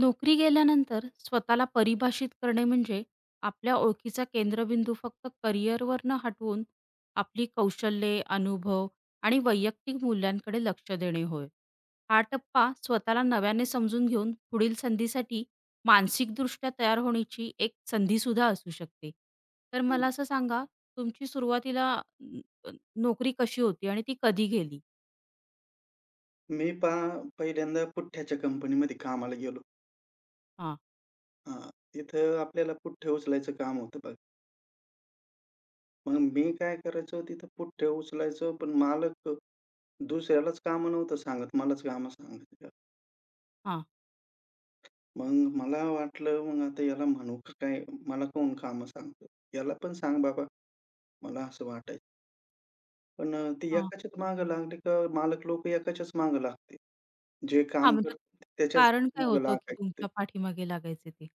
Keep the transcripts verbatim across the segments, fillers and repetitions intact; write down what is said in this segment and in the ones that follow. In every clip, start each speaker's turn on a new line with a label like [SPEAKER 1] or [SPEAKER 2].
[SPEAKER 1] नोकरी गेल्यानंतर स्वतःला परिभाषित करणे म्हणजे आपल्या ओळखीचा केंद्रबिंदू फक्त करिअरवर न हटवून आपली कौशल्ये, अनुभव आणि वैयक्तिक मूल्यांकडे लक्ष देणे होय. हा टप्पा स्वतःला नव्याने समजून घेऊन पुढील संधीसाठी मानसिकदृष्ट्या तयार होण्याची एक संधीसुद्धा असू शकते. तर
[SPEAKER 2] हं.
[SPEAKER 1] मला असं सांगा, तुमची सुरुवातीला न नोकरी कशी होती आणि ती कधी गेली?
[SPEAKER 2] मी पहा पहिल्यांदा पुठ्ठ्याच्या कंपनीमध्ये कामाला गेलो.
[SPEAKER 1] हां,
[SPEAKER 2] हां. तिथं आपल्याला पुठ्ठे उचलायचं काम होतं बघा. मग मी काय करायचो तिथं पुठ्ठे उचलायचो, पण मालक दुसऱ्यालाच कामं नव्हतं सांगत, मलाच कामं सांगायचं.
[SPEAKER 1] हां,
[SPEAKER 2] मग मला वाटलं मग आता याला म्हणू का काय? मला कोण कामं सांगतं? याला पण सांग बाबा, मला असं वाटायचं. पण अ, ते
[SPEAKER 1] हां.
[SPEAKER 2] एकाच्याच मागे लागले का मालक लोकं एकाच्याच मागे लागते. जे
[SPEAKER 1] हां,
[SPEAKER 2] काम
[SPEAKER 1] म्हणजे
[SPEAKER 2] करतात त्याच्याच
[SPEAKER 1] कारण काय
[SPEAKER 2] मागे
[SPEAKER 1] होतं की
[SPEAKER 2] लागायचे
[SPEAKER 1] तुमच्या पाठीमागे लागायचे ते?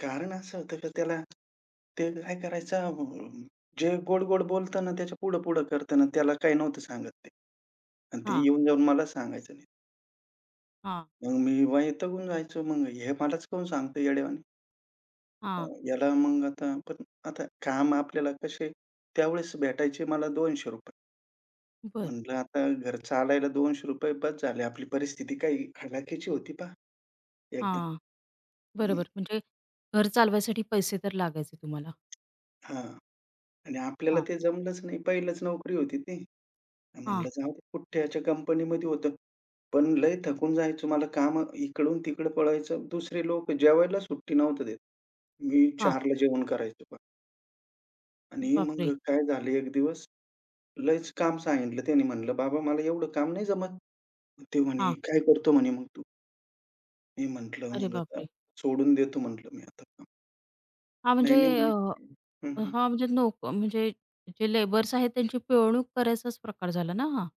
[SPEAKER 2] कारण असं होतं का त्याला ते काय करायचा अं, जे गोड-गोड बोलतं ना, त्याच्या पुढं-पुढं करतं ना, त्याला काही नव्हतं सांगत ते. आणि ते
[SPEAKER 1] हां,
[SPEAKER 2] येऊन जाऊन मला सांगायचं नाही.
[SPEAKER 1] हां,
[SPEAKER 2] मग मी वैतागून जायचो. मग हे मलाच काहून सांगतो येड्यावानी. अ,
[SPEAKER 1] हां.
[SPEAKER 2] याला मग आता पण आता काम आपल्याला कसे त्यावेळेस भेटायचे मला ₹दोनशे रुपये.
[SPEAKER 1] बरं.
[SPEAKER 2] म्हटलं आता घर चालायला ₹दोनशे रुपये बस झाले. आपली परिस्थिती काही हलाखीची होती पहा एकदम.
[SPEAKER 1] हां.
[SPEAKER 2] हं,
[SPEAKER 1] बरोबर. म्हणजे घर चालवायसाठी पैसे तर लागायचे तुम्हाला.
[SPEAKER 2] हां. आणि आपल्याला
[SPEAKER 1] हां,
[SPEAKER 2] ते जमलंच नाही. पहिलंच नोकरी होती ती.
[SPEAKER 1] हां,
[SPEAKER 2] म्हणलं जाऊ दे कुठ्याच्या कंपनीमध्ये होतं. पण लय थकून जायचो. मला कामं इकडून-तिकडं पळायचं. दुसरे लोक जेवायला सुट्टी नव्हतं देत. मी
[SPEAKER 1] हां.
[SPEAKER 2] चार ला जेवण करायचो बघा. आणि मग
[SPEAKER 1] बापरे!
[SPEAKER 2] काय झालं एक दिवस लयच काम सांगितलं त्याने म्हणलं, "बाबा मला एवढं काम नाही जमत." ते म्हणे,
[SPEAKER 1] हां.
[SPEAKER 2] "काय करतो?" म्हणे, "मग तू?" मी म्हटलं,
[SPEAKER 1] अरे
[SPEAKER 2] "मग आता
[SPEAKER 1] बापरे!
[SPEAKER 2] सोडून देतो" म्हटलं मी आता काम.
[SPEAKER 1] हां,
[SPEAKER 2] "नाही,
[SPEAKER 1] म्हणजे
[SPEAKER 2] नाही"
[SPEAKER 1] अ,
[SPEAKER 2] म्हणे. हं, हं.
[SPEAKER 1] हां, म्हणजे नोक म्हणजे जे लेबर्स आहेत त्यांची पिळवणूक करायचाच प्रकार झाला ना हा?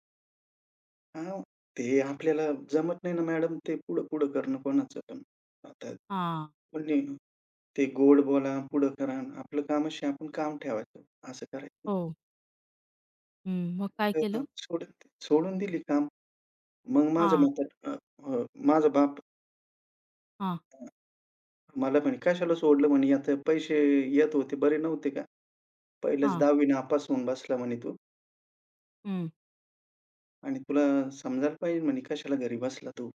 [SPEAKER 2] "हां, ते आपल्याला जमत नाही ना मॅडम ते पुढं-पुढं करणं कोणाचं पण." आता
[SPEAKER 1] हां.
[SPEAKER 2] म्हणे ते गोड बोला, पुढं करा. आपलं कामाशी आपण काम ठेवायचं, असं करायचं.
[SPEAKER 1] हो. हं. मग काय
[SPEAKER 2] तर
[SPEAKER 1] केलं?
[SPEAKER 2] सोडून सोडून दिली काम. मग माझ्या
[SPEAKER 1] हां,
[SPEAKER 2] म्हणतात अ, अ, माझा बाप
[SPEAKER 1] हां,
[SPEAKER 2] अ, मला म्हणे, "कशाला सोडलं?" म्हणे, "आता पैसे येत होते, बरे नव्हते का? पहिल्याच
[SPEAKER 1] हां.
[SPEAKER 2] दहावी नापास होऊन बसला" म्हणे, "तू
[SPEAKER 1] हं.
[SPEAKER 2] आणि तुला समजायला पाहिजे" म्हणे, "कशाला घरी बसला तू?"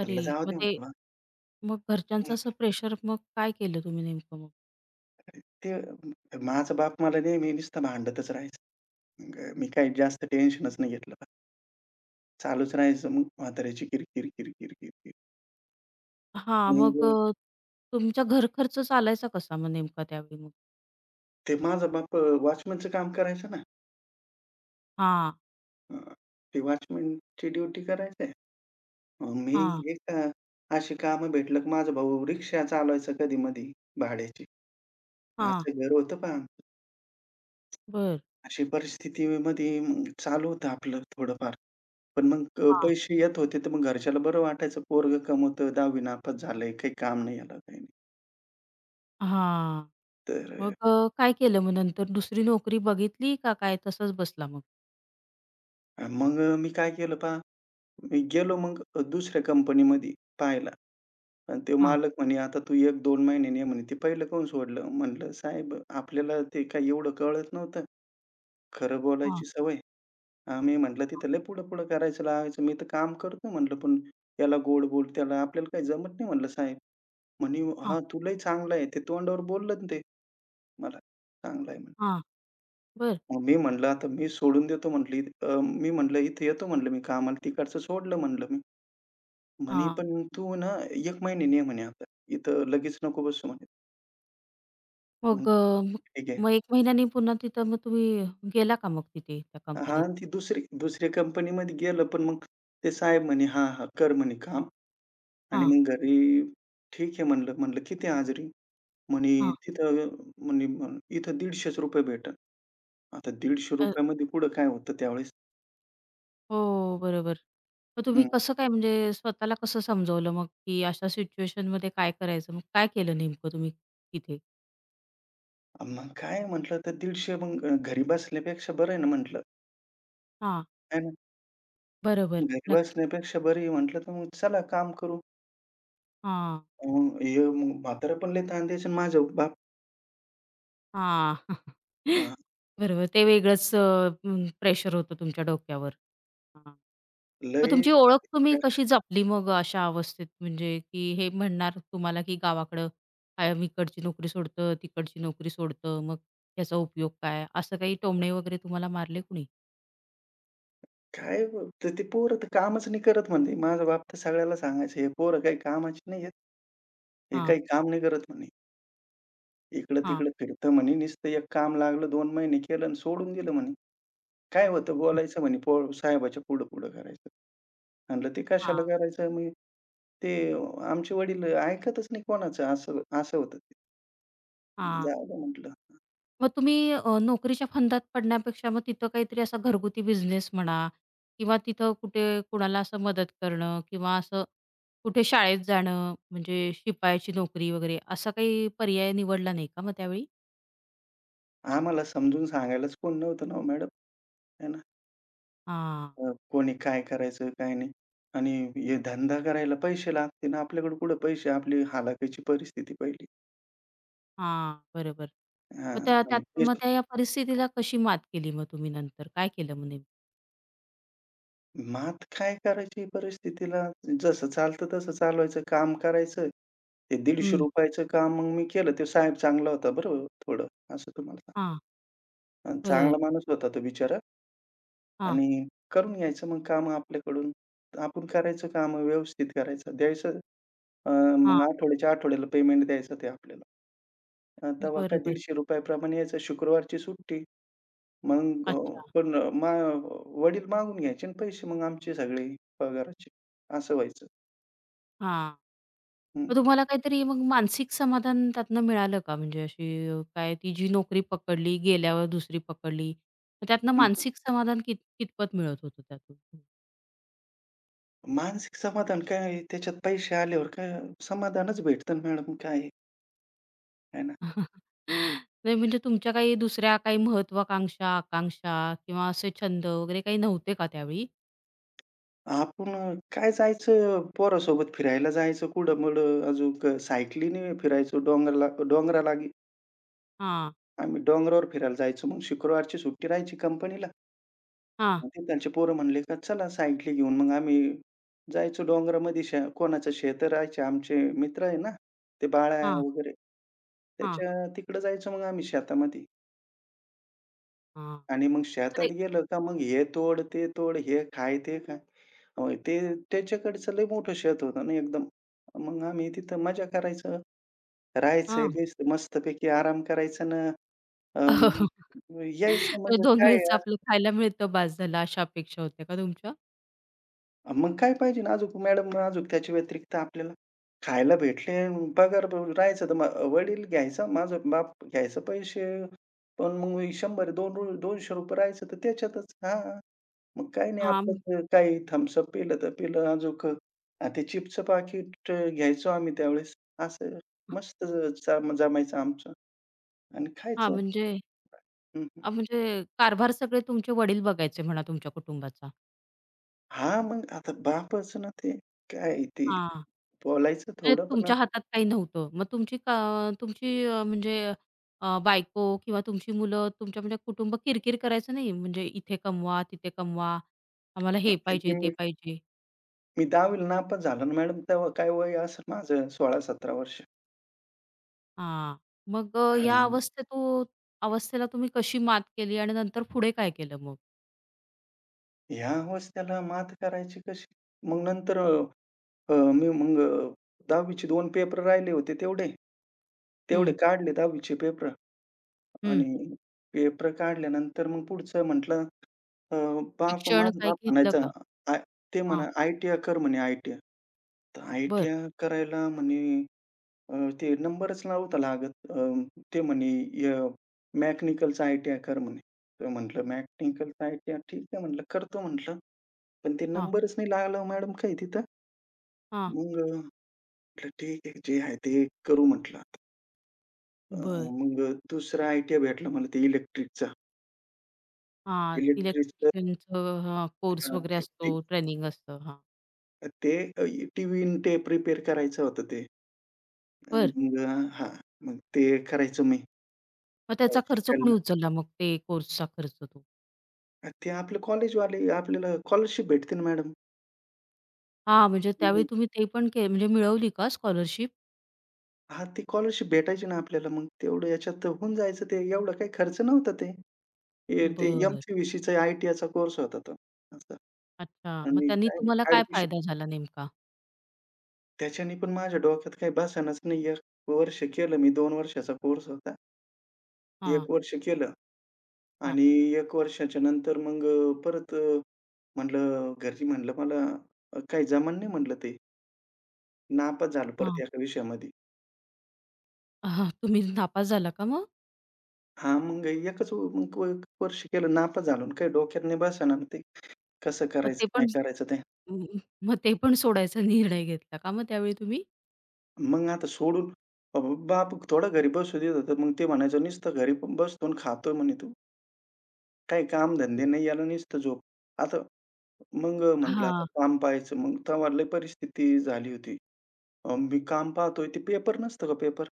[SPEAKER 1] अरे!
[SPEAKER 2] म्हटलं, "जाऊ
[SPEAKER 1] मग
[SPEAKER 2] दे"
[SPEAKER 1] ते
[SPEAKER 2] म्हटलं बा.
[SPEAKER 1] मग घरच्यांचं
[SPEAKER 2] मग
[SPEAKER 1] असं प्रेशर मग काय केलं तुम्ही नेमकं मग?
[SPEAKER 2] ते अ, माझा बाप मला नेहमी नुसतं भांडतच राहायचं. मग अ, मी काही जास्त टेन्शनच नाही घेतलं बा. चालूच राहायचं मग म्हाताऱ्याची किरकिर, किरकिर, किरकिर.
[SPEAKER 1] हां. मग
[SPEAKER 2] मग
[SPEAKER 1] अ, तुमचा घरखर्च चालायचा कसा मग नेमका त्यावेळी मग?
[SPEAKER 2] ते माझा बाप अ, वॉचमनचं काम करायचा ना.
[SPEAKER 1] हां,
[SPEAKER 2] अ, ते वॉचमनची ड्युटी करायचे. मी
[SPEAKER 1] हां.
[SPEAKER 2] एक अ, अशी कामं भेटलं की माझा भाऊ रिक्षा चालवायचा कधी-मधी भाड्याची.
[SPEAKER 1] हां,
[SPEAKER 2] असं घर होतं पहा आमचं.
[SPEAKER 1] बरं.
[SPEAKER 2] अशी परिस्थितीमध्ये मग चालू होतं आपलं थोडंफार. पण मग अ,
[SPEAKER 1] हां.
[SPEAKER 2] पैसे येत होते, तर मग घरच्याला बरं वाटायचं पोरगं कमवतं, 10वी नापास झालंय, काही काम नाही याला काही नाही.
[SPEAKER 1] हां. मग
[SPEAKER 2] तर
[SPEAKER 1] अ, काय केलं मग नंतर दुसरी नोकरी बघितली का काय तसंच बसला मग?
[SPEAKER 2] अ, मग अ, मी काय केलं पहा मी गेलो मग अ, दुसऱ्या कंपनीमध्ये पाहायला आणि ते
[SPEAKER 1] हां,
[SPEAKER 2] मालक म्हणे, "आता तू एक दोन महिन्याने ये" म्हणे. "ते पहिलं काहून सोडलं?" म्हटलं, "साहेब आपल्याला ते काही एवढं कळत नव्हतं. खरं
[SPEAKER 1] हां,
[SPEAKER 2] बोलायची सवय." आम्ही म्हटलं, "तिथं लय पुढं-पुढं करायचं लागायचं. मी तर काम करतो" म्हटलं, "पण याला गोड बोल, त्याला आपल्याला काही जमत नाही" म्हटलं, "साहेब." म्हणे,
[SPEAKER 1] हां,
[SPEAKER 2] "हां, तू लय चांगला आहे." ते तोंडावर बोललं ना ते मला, "चांगला आहे" म्हणे.
[SPEAKER 1] हां, बरं.
[SPEAKER 2] मग मी म्हटलं, "आता मी सोडून देतो" म्हटलं. अ, मी म्हटलं, "इथे येतो" म्हटलं, "मी कामाला." तिकडचं सोडलं म्हटलं मी. म्हणे,
[SPEAKER 1] हां.
[SPEAKER 2] "पण तू ना एक महिन्याने ये," म्हणे, "आता. इथं लगेच नको बसू," म्हणे. म्हणलं,
[SPEAKER 1] मग अ, मग
[SPEAKER 2] "ठीक आहे."
[SPEAKER 1] मग एका महिन्याने पुन्हा तिथं मग तुम्ही गेला का मग तिथे त्या
[SPEAKER 2] हां,
[SPEAKER 1] कंपनीत?
[SPEAKER 2] आणि ती दुसरी दुसऱ्या कंपनीमध्ये गेलं, पण मग ते साहेब म्हणे, "हां, हां, कर," म्हणे, "काम." आणि
[SPEAKER 1] हां,
[SPEAKER 2] मग घरी ठीक आहे म्हणलं. म्हणलं, "किती हाजरी?" म्हणे,
[SPEAKER 1] हां.
[SPEAKER 2] "तिथं म्हणे म्हण- इथं ₹दीडशे रुपये भेटेल." आता
[SPEAKER 1] अ,
[SPEAKER 2] ₹दीडशे रुपये मध्ये कुठं काय होतं त्यावेळेस?
[SPEAKER 1] हो, बरोबर. मग तुम्ही
[SPEAKER 2] हं.
[SPEAKER 1] कसं काय म्हणजे स्वतःला कसं समजवलं मग, की अशा सिच्युएशनमध्ये काय करायचं? मग काय केलं नेमकं तुम्ही तिथे?
[SPEAKER 2] मग काय म्हटलं, तर दीडशे मग घरी बसण्यापेक्षा बरं आहे ना म्हटलं,
[SPEAKER 1] हां,
[SPEAKER 2] आहे ना?
[SPEAKER 1] बरोबर.
[SPEAKER 2] घरी
[SPEAKER 1] नक्कीच.
[SPEAKER 2] बसण्यापेक्षा बरी म्हटलं, तर मग चला काम करू.
[SPEAKER 1] हां.
[SPEAKER 2] मग हे मग म्हातारं पण लय ताण द्यायचं आणि माझा बाप
[SPEAKER 1] हां.
[SPEAKER 2] हां,
[SPEAKER 1] बरोबर. ते वेगळंच प्रेशर होतं तुमच्या डोक्यावर. हां. मग
[SPEAKER 2] लय
[SPEAKER 1] तुमची ओळख तुम्ही कशी जपली मग अशा अवस्थेत? म्हणजे की हे म्हणणार तुम्हाला की गावाकडं काय मी इकडची नोकरी सोडतं, तिकडची नोकरी सोडतं, मग याचा उपयोग काय? असं काही टोमणे वगैरे तुम्हाला मारले कुणी?
[SPEAKER 2] काय तर ते पोरं तर कामच नाही करत म्हणे. माझा बाप तर सगळ्याला सांगायचं, "हे पोरं काही कामाची नाही आहेत. हे
[SPEAKER 1] हां,
[SPEAKER 2] काही काम नाही करत" म्हणे.
[SPEAKER 1] हां,
[SPEAKER 2] "इकडं-तिकडं फिरतं" म्हणे. "नुसतं एक काम लागलं दोन महिने केलं आणि सोडून दिलं" म्हणे. "काय होतं बोलायचं" म्हणे "पो साहेबाच्या पुढं-पुढं करायचं." म्हणलं, "ते
[SPEAKER 1] हां,
[SPEAKER 2] कशाला करायचं?" मग ते आमचे वडील ऐकतच नाही कोणाचं असं असं होतं ते.
[SPEAKER 1] हां.
[SPEAKER 2] जाऊ दे म्हटलं.
[SPEAKER 1] मग तुम्ही अ, नोकरीच्या फंदात पडण्यापेक्षा मग तिथं काहीतरी असा घरगुती बिझनेस म्हणा किंवा तिथं कुठे कुणाला असं मदत करणं किंवा असं कुठे शाळेत जाणं म्हणजे शिपायाची नोकरी वगैरे असा काही पर्याय निवडला नाही का मग त्यावेळी?
[SPEAKER 2] आम्हाला समजून सांगायलाच कोण नव्हतं ना हो मॅडम, है ना?
[SPEAKER 1] हां,
[SPEAKER 2] अ, कोणी काय करायचं, काय नाही. आणि हे धंदा करायला पैसे लागतील ना, आपल्याकडे कुठे पैसे? आपली हलाखीची परिस्थिती पहिली.
[SPEAKER 1] हां. बरोबर. मग
[SPEAKER 2] हां.
[SPEAKER 1] त्या त्यात
[SPEAKER 2] आणि तेच
[SPEAKER 1] मग त्या या परिस्थितीला कशी मात केली मग तुम्ही नंतर? काय केलं मग नेमकं?
[SPEAKER 2] मात काय करायची परिस्थितीला जसं चालतं तसं चालवायचं, काम करायचं. ते
[SPEAKER 1] हं.
[SPEAKER 2] ₹दीडशे रुपये चं काम मग मी केलं. ते साहेब चांगला होता बरं थोडं, असं तुम्हाला सांगतो.
[SPEAKER 1] हां.
[SPEAKER 2] आणि
[SPEAKER 1] बरं.
[SPEAKER 2] चांगला माणूस होता तो बिचारा
[SPEAKER 1] हां,
[SPEAKER 2] आणि करून घ्यायचं मग कामं आपल्याकडून. आपण करायचं कामं व्यवस्थित करायचं. द्यायचं अ, मग
[SPEAKER 1] हां.
[SPEAKER 2] आठवड्याच्या आठवड्याला पेमेंट द्यायचं ते आपल्याला. अ, तेव्हा काय
[SPEAKER 1] बरोबर.
[SPEAKER 2] ₹दीडशे रुपये प्रमाणे यायचं. शुक्रवारची सुट्टी. मग अ,
[SPEAKER 1] अच्छा.
[SPEAKER 2] पण मा वडील मागून घ्यायचे आणि पैसे मग आमचे सगळे पगाराचे. असं व्हायचं.
[SPEAKER 1] हां.
[SPEAKER 2] हं,
[SPEAKER 1] मग तुम्हाला काहीतरी मग मानसिक समाधान त्यातनं मिळालं का? म्हणजे अशी अ, काय ती जी नोकरी पकडली, गेल्यावर दुसरी पकडली. मग त्यातनं
[SPEAKER 2] हं, हं.
[SPEAKER 1] मानसिक समाधान कित कितपत मिळत होतं त्यातून?
[SPEAKER 2] मानसिक समाधान काय आहे, त्याच्यात पैसे आल्यावर काय समाधानच भेटतं ना मॅडम काय आहे, आहे ना.
[SPEAKER 1] नाही म्हणजे तुमच्या काही दुसऱ्या काही महत्वाकांक्षा, आकांक्षा किंवा असे छंद वगैरे काही नव्हते का त्यावेळी?
[SPEAKER 2] आपण अ, काय जायचं पोरासोबत फिरायला जायचं कुठं-मुडं अजून सायकलीने फिरायचो डोंगरला डोंगराला गे-
[SPEAKER 1] हां,
[SPEAKER 2] आम्ही डोंगरावर फिरायला जायचो. मग शुक्रवारची सुट्टी राहायची कंपनीला.
[SPEAKER 1] हां,
[SPEAKER 2] मग तिकडचे पोरं म्हणले का चला साइडला घेऊन. मग आम्ही जायचो डोंगरामध्ये शे कोणाचं शेतं राहायचे आमचे मित्र आहे ना, ते बाळ्या
[SPEAKER 1] हां,
[SPEAKER 2] वगैरे.
[SPEAKER 1] हां,
[SPEAKER 2] त्याच्या तिकडं जायचो मग आम्ही शेतामध्ये
[SPEAKER 1] हां.
[SPEAKER 2] आणि मग
[SPEAKER 1] मग
[SPEAKER 2] शेतात
[SPEAKER 1] ते
[SPEAKER 2] गेलं का मग हे तोड, ते तोड, हे खाय, ते खा. अ, ते त्याच्याकडचं लय मोठं शेत होतं ना एकदम. मग आम्ही तिथं मजा करायचं,
[SPEAKER 1] हां.
[SPEAKER 2] राहायचं, बेस मस्तपैकी आराम करायचं ना अं,
[SPEAKER 1] 2
[SPEAKER 2] यायचं मग काय
[SPEAKER 1] आपलं खायला मिळतं बास झालं, अशा अपेक्षा होत्या का तुमच्या?
[SPEAKER 2] मग काय पाहिजे ना अजूक मॅडम अजूक त्याच्या व्यतिरिक्त आपल्याला? खायला भेटले, पगार ब- राहायचं तर मग वडील घ्यायचा, माझा बाप घ्यायचा पैसे, पण मग शंभर दोन रु ₹दोनशे रुपये राहायचं तर त्याच्यातच. हां, मग काही नाही
[SPEAKER 1] हां,
[SPEAKER 2] आपलं ते काही थम्स पिलं तर पिलं अजूक अ, ते चिप्सचं पाकीट अ, घ्यायचो आम्ही त्यावेळेस. असं मस्त जम जमायचं आमचं आणि
[SPEAKER 1] हां,
[SPEAKER 2] खायचं.
[SPEAKER 1] म्हणजे
[SPEAKER 2] हं, हं.
[SPEAKER 1] अ, म्हणजे कारभार सगळे तुमचे वडील बघायचे म्हणा तुमच्या कुटुंबाचा.
[SPEAKER 2] हां, मग आता बापच ना ते काय ते
[SPEAKER 1] हां,
[SPEAKER 2] बोलायचं
[SPEAKER 1] म्हणजे
[SPEAKER 2] थोडं पण
[SPEAKER 1] तुमच्या हातात काही नव्हतं. मग तुमची का तुमची अ, म्हणजे अ, बायको किंवा तुमची मुलं तुमच्या म्हणजे कुटुंब किरकिर करायचं नाही. म्हणजे इथे कमवा, तिथे कमवा, आम्हाला हे पाहिजे, ते
[SPEAKER 2] आता
[SPEAKER 1] पाहिजे.
[SPEAKER 2] मी दहावी ला नापास झालो ना मॅडम. तेव्हा काय वय असेल माझं सोळा सतरा वर्ष.
[SPEAKER 1] हां, मग अ, या
[SPEAKER 2] हां.
[SPEAKER 1] अवस्थेतू अवस्थेला तुम्ही कशी मात केली आणि नंतर पुढे काय केलं मग?
[SPEAKER 2] ह्या अवस्थेला मात करायची कशी? मग नंतर अ, अ, मी मग अ, दहावी चे दोन पेपर राहिले होते तेवढे. तेवढे
[SPEAKER 1] हं.
[SPEAKER 2] काढले दहावी पेपर
[SPEAKER 1] हं.
[SPEAKER 2] आणि पेपर काढल्यानंतर मग पुढचं म्हटलं अ, बाप
[SPEAKER 1] शिक्षण
[SPEAKER 2] माझा
[SPEAKER 1] काय
[SPEAKER 2] बाप
[SPEAKER 1] घेतलं
[SPEAKER 2] म्हणायचा,
[SPEAKER 1] का?
[SPEAKER 2] आ ते
[SPEAKER 1] हां,
[SPEAKER 2] म्हणा आय-टी-आय कर म्हणे आय-टी-आय. तर
[SPEAKER 1] बरं.
[SPEAKER 2] आय-टी-आय करायला म्हणे अ, ते नंबरच नव्हता लागत. अ, ते म्हणे, "य मेकॅनिकलचं आय-टी-आय कर" म्हणे. तर म्हटलं, "मेकॅनिकलचं आय-टी-आय ठीक आहे," म्हटलं, "करतो" म्हटलं. पण ते
[SPEAKER 1] हां,
[SPEAKER 2] नंबरच नाही लागला हो मॅडम काही तिथं.
[SPEAKER 1] हां.
[SPEAKER 2] मग अ, म्हटलं, "ठीक आहे, जे आहे ते करू" म्हटलं आता. अ,
[SPEAKER 1] बरं.
[SPEAKER 2] मग दुसरा आय-टी-आय भेटला मला ते इलेक्ट्रिकचा.
[SPEAKER 1] हां,
[SPEAKER 2] इलेक्ट्रिकचं
[SPEAKER 1] इलेक्ट्रिशियनचं हां, कोर्स
[SPEAKER 2] हां,
[SPEAKER 1] वगैरे
[SPEAKER 2] ते
[SPEAKER 1] असतो,
[SPEAKER 2] ते
[SPEAKER 1] ट्रेनिंग असतं. हां,
[SPEAKER 2] ते टीव्ही टेप रिपेअर करायचं होतं ते. अ,
[SPEAKER 1] बरं.
[SPEAKER 2] मग अ, मग ते करायचो मी.
[SPEAKER 1] मग
[SPEAKER 2] अ,
[SPEAKER 1] त्याचा खर्च कोणी
[SPEAKER 2] शिकायला.
[SPEAKER 1] उचलला मग ते कोर्सचा खर्च तो?
[SPEAKER 2] अ, ते आपलं कॉलेजवाले आपल्याला स्कॉलरशिप भेटते ना मॅडम.
[SPEAKER 1] हां, म्हणजे त्यावेळी
[SPEAKER 2] हं.
[SPEAKER 1] तुम्ही ते पण के म्हणजे मिळवली का स्कॉलरशिप?
[SPEAKER 2] हां, ती स्कॉलरशिप भेटायची ना आपल्याला मग तेवढं याच्यात होऊन जायचं ते एवढा काही खर्च नव्हता ते. हे ते
[SPEAKER 1] बरं.
[SPEAKER 2] एम-सी-व्ही-सीचा आय-टीआयचा कोर्स होता तो असा
[SPEAKER 1] अच्छा. मग
[SPEAKER 2] आणि
[SPEAKER 1] त्यांनी
[SPEAKER 2] काय
[SPEAKER 1] तुम्हाला काय
[SPEAKER 2] ॲडमिशन
[SPEAKER 1] फायदा झाला नेमका?
[SPEAKER 2] त्याच्याने पण माझ्या डोक्यात काही बसेनाच नाही. एक वर्ष केलं मी दोन वर्षाचा कोर्स होता.
[SPEAKER 1] हां,
[SPEAKER 2] एक वर्ष केलं
[SPEAKER 1] हां,
[SPEAKER 2] आणि एक वर्षाच्या नंतर मग अ, परत अ, म्हटलं घरी म्हटलं मला अ, काही जमन नाही म्हटलं ते. नापास झालो परत
[SPEAKER 1] हां.
[SPEAKER 2] एका विषयामध्ये.
[SPEAKER 1] हां, तुम्ही नापास झाला का मग?
[SPEAKER 2] हां, मग एकच मग वर्ष केलं नापास झालो आणि काही डोक्यात नाही बसेना ते. कसं
[SPEAKER 1] मग ते
[SPEAKER 2] करायचं, काय
[SPEAKER 1] पण
[SPEAKER 2] करायचं ते?
[SPEAKER 1] मग ते पण सोडायचा निर्णय घेतला का मग त्यावेळी तुम्ही?
[SPEAKER 2] मग आता सोडून अ, बाप थोडं घरी बसू देत होतं. मग ते म्हणायचं, "नुसतं घरी पण बसतो आणि खातोय" म्हणे "तू. काही कामधंदे नाही, याला नुसतं झोप." आता मग अ, म्हटलं आता
[SPEAKER 1] हां,
[SPEAKER 2] काम पाहायचं. मग तेव्हा लय परिस्थिती झाली होती. अ, मी काम पाहतोय ते पेपर नसतं का पेपर?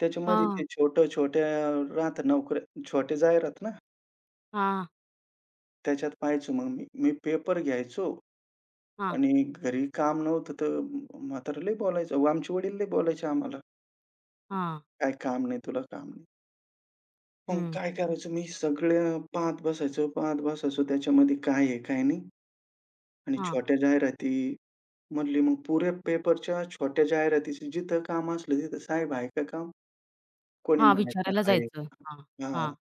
[SPEAKER 2] त्याच्यामध्ये
[SPEAKER 1] हां,
[SPEAKER 2] ते छोट्या-छोट्या राहतं नोकऱ्या, छोटे जाहिरात ना,
[SPEAKER 1] हां,
[SPEAKER 2] त्याच्यात पाहायचो मग मी. मी पेपर घ्यायचो
[SPEAKER 1] हां,
[SPEAKER 2] आणि घरी काम नव्हतं तर म्हातारं लय बोलायचं. आमचे वडील लय बोलायचे आम्हाला,
[SPEAKER 1] हां.
[SPEAKER 2] "काय काम नाही तुला, काम मग
[SPEAKER 1] हं.
[SPEAKER 2] काय करायचो मी सगळं पाहत बसायचो, पाहत बसायचो त्याच्यामध्ये काय आहे, काय नाही आणि
[SPEAKER 1] हां,
[SPEAKER 2] छोट्या जाहिराती मधली मग पुऱ्या पेपरच्या छोट्या जाहिरातीची जिथं काम असलं तिथं, "साहेब आहे का काम?" कोणी
[SPEAKER 1] हां,
[SPEAKER 2] म्हणायचं,
[SPEAKER 1] विचारायला
[SPEAKER 2] "आहे."
[SPEAKER 1] जायचं. हां, हां.
[SPEAKER 2] हां,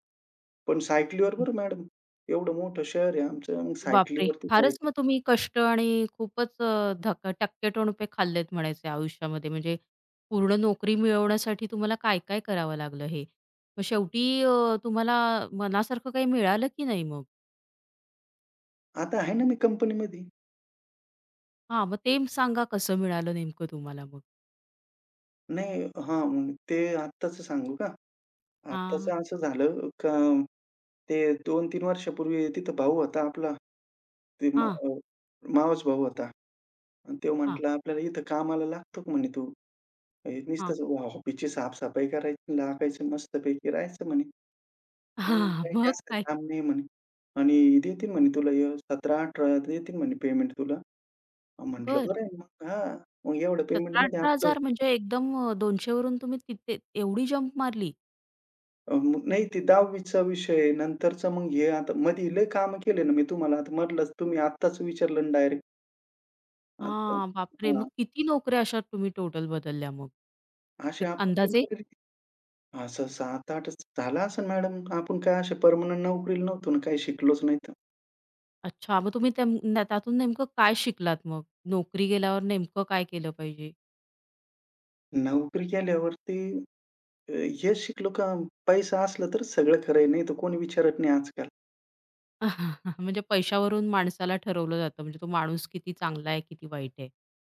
[SPEAKER 2] पण सायकलीवर बरं मॅडम, एवढं मोठं शहर आहे आमचं, मग
[SPEAKER 1] बापरे!
[SPEAKER 2] सायकलीवरती जाईल.
[SPEAKER 1] फारच मग तुम्ही कष्ट आणि खूपच अ, धक टक्के-टोन रुपये खाल्लेत म्हणायचे आयुष्यामध्ये. म्हणजे पूर्ण नोकरी मिळवण्यासाठी तुम्हाला काय-काय करावं लागलं हे. मग शेवटी अ, तुम्हाला मनासारखं काही मिळालं की नाही मग?
[SPEAKER 2] आता आहे ना मी कंपनीमध्ये.
[SPEAKER 1] हां, मग ते सांगा कसं मिळालं नेमकं तुम्हाला मग?
[SPEAKER 2] "नाही हां, मग ते आत्ताचं सांगू का?
[SPEAKER 1] हां,
[SPEAKER 2] आत्ताचं असं झालं का ते दोन तीन वर्षापूर्वी तिथं भाऊ होता आपला, ते मा
[SPEAKER 1] हां,
[SPEAKER 2] अ, मावस भाऊ होता. आणि तो
[SPEAKER 1] हां,
[SPEAKER 2] म्हटला, "आपल्याला इथं कामाला लागतो का?" म्हणे "तू. हे
[SPEAKER 1] हां.
[SPEAKER 2] नुसतंच ऑफिसची साफसफाई करायची, लागायचं मस्तपैकी राहायचं" म्हणे. "हां,
[SPEAKER 1] हां,
[SPEAKER 2] काही
[SPEAKER 1] मग
[SPEAKER 2] जास्त
[SPEAKER 1] काय?
[SPEAKER 2] काम नाही" म्हणे. "आणि देतील" म्हणे "तुला हे सतरा अठरा देतील" म्हणे पेमेंट तुला. म्हटलं,
[SPEAKER 1] बरं.
[SPEAKER 2] "बरं आहे मग." हां. मग एवढं पेमेंटमध्ये आपलं
[SPEAKER 1] सतरा हजार-अठरा हजार म्हणजे एकदम अ, दोनशे वरून तुम्ही तिथे एवढी जंप मारली?
[SPEAKER 2] अ, मग नाही ते दहावी विषय आहे. नंतरचा मग हे आता मध्ये लय कामं केले ना मी तुम्हाला. आता म्हटलंच तुम्ही आत्ताच विचारलं डायरेक्ट. आता
[SPEAKER 1] हां, बापरे!
[SPEAKER 2] हां.
[SPEAKER 1] मग किती नोकऱ्या अशा तुम्ही टोटल बदलल्या मग?
[SPEAKER 2] असे
[SPEAKER 1] एक अंदाजे?
[SPEAKER 2] आपण असं सात आठच झाला असेल मॅडम. आपण काय असे परमनंट नोकरीला नव्हतो ना, काही शिकलोच नाही तर.
[SPEAKER 1] अच्छा, मग तुम्ही त्या न त्यातून नेमकं काय शिकलात मग? नोकरी गेल्यावर नेमकं काय केलं पाहिजे?
[SPEAKER 2] नोकरी केल्यावरती अ, हेच शिकलो का पैसा असला तरच सगळं खरं आहे, नाही तर कोणी विचारत नाही आजकाल.
[SPEAKER 1] म्हणजे पैशावरून माणसाला ठरवलं जातं, म्हणजे तो माणूस किती चांगला आहे, किती वाईट आहे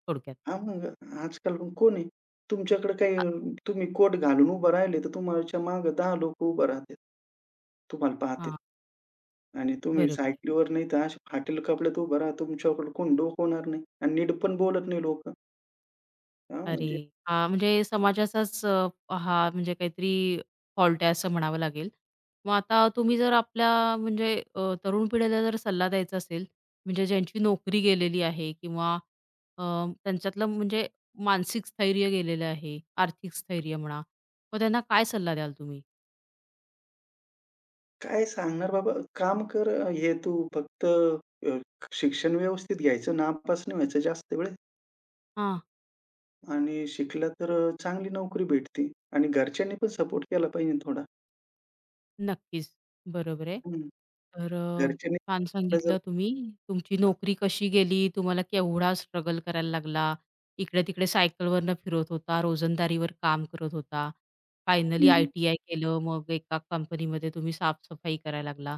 [SPEAKER 1] थोडक्यात.
[SPEAKER 2] हां, मग आजकाल कोण आहे? तुमच्याकडे काही
[SPEAKER 1] अ
[SPEAKER 2] तुम्ही कोट घालून उभं राहिले, तर तुमच्या मागे दहा लोकं उभं राहतात. तुम्हाला पाहतात
[SPEAKER 1] हां,
[SPEAKER 2] आणि तुम्ही
[SPEAKER 1] बरोबर आहे.
[SPEAKER 2] सायकलीवर नाही तर असे फाटेल कपड्यात उभं राहा, तुमच्याकडे कोण डोकवणार नाही आणि नीट पण बोलत नाही लोकं. हां,
[SPEAKER 1] अरे!
[SPEAKER 2] म्हणजे
[SPEAKER 1] हां, म्हणजे समाजाचाच अ, हा म्हणजे काहीतरी फॉल्ट आहे असं म्हणावं लागेल. मग आता तुम्ही जर आपल्या म्हणजे अ, तरुण पिढीला जर सल्ला द्यायचा असेल, म्हणजे ज्यांची नोकरी गेलेली आहे किंवा अ, त्यांच्यातलं म्हणजे मानसिक स्थैर्य गेलेलं आहे, आर्थिक स्थैर्य म्हणा, मग त्यांना काय सल्ला द्याल तुम्ही?
[SPEAKER 2] काय सांगणार बाबा, काम कर अ, हे तू फक्त अ, शिक्षण व्यवस्थित घ्यायचं, नापास नाही व्हायचं जास्त वेळेस
[SPEAKER 1] हां.
[SPEAKER 2] आणि शिकला तर अ, चांगली नोकरी भेटते आणि घरच्यांनी पण सपोर्ट केला पाहिजे थोडा.
[SPEAKER 1] नक्कीच. बरोबर आहे.
[SPEAKER 2] हं.
[SPEAKER 1] तर अ,
[SPEAKER 2] घरच्यांनी
[SPEAKER 1] छान
[SPEAKER 2] आपलं जर
[SPEAKER 1] सांगितलं तुम्ही. तुमची नोकरी कशी गेली, तुम्हाला केवढा स्ट्रगल करायला लागला, इकडे-तिकडे सायकलवरनं फिरत होता, रोजंदारीवर काम करत होता, फायनली
[SPEAKER 2] हं.
[SPEAKER 1] आय-टी-आय केलं, मग एका कंपनीमध्ये तुम्ही साफ करायला लागला.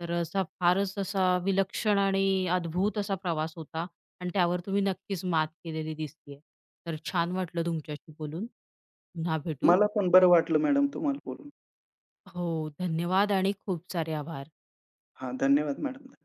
[SPEAKER 1] तर असा फारच असा विलक्षण आणि अद्भुत असा प्रवास होता आणि त्यावर तुम्ही नक्कीच मात केलेली दिसतीये. तर छान वाटलं तुमच्याशी बोलून. पुन्हा भेटू.
[SPEAKER 2] मला पण बरं वाटलं मॅडम तुम्हाला बोलून.
[SPEAKER 1] हो, धन्यवाद आणि खूप सारे आभार.
[SPEAKER 2] हां, धन्यवाद मॅडम.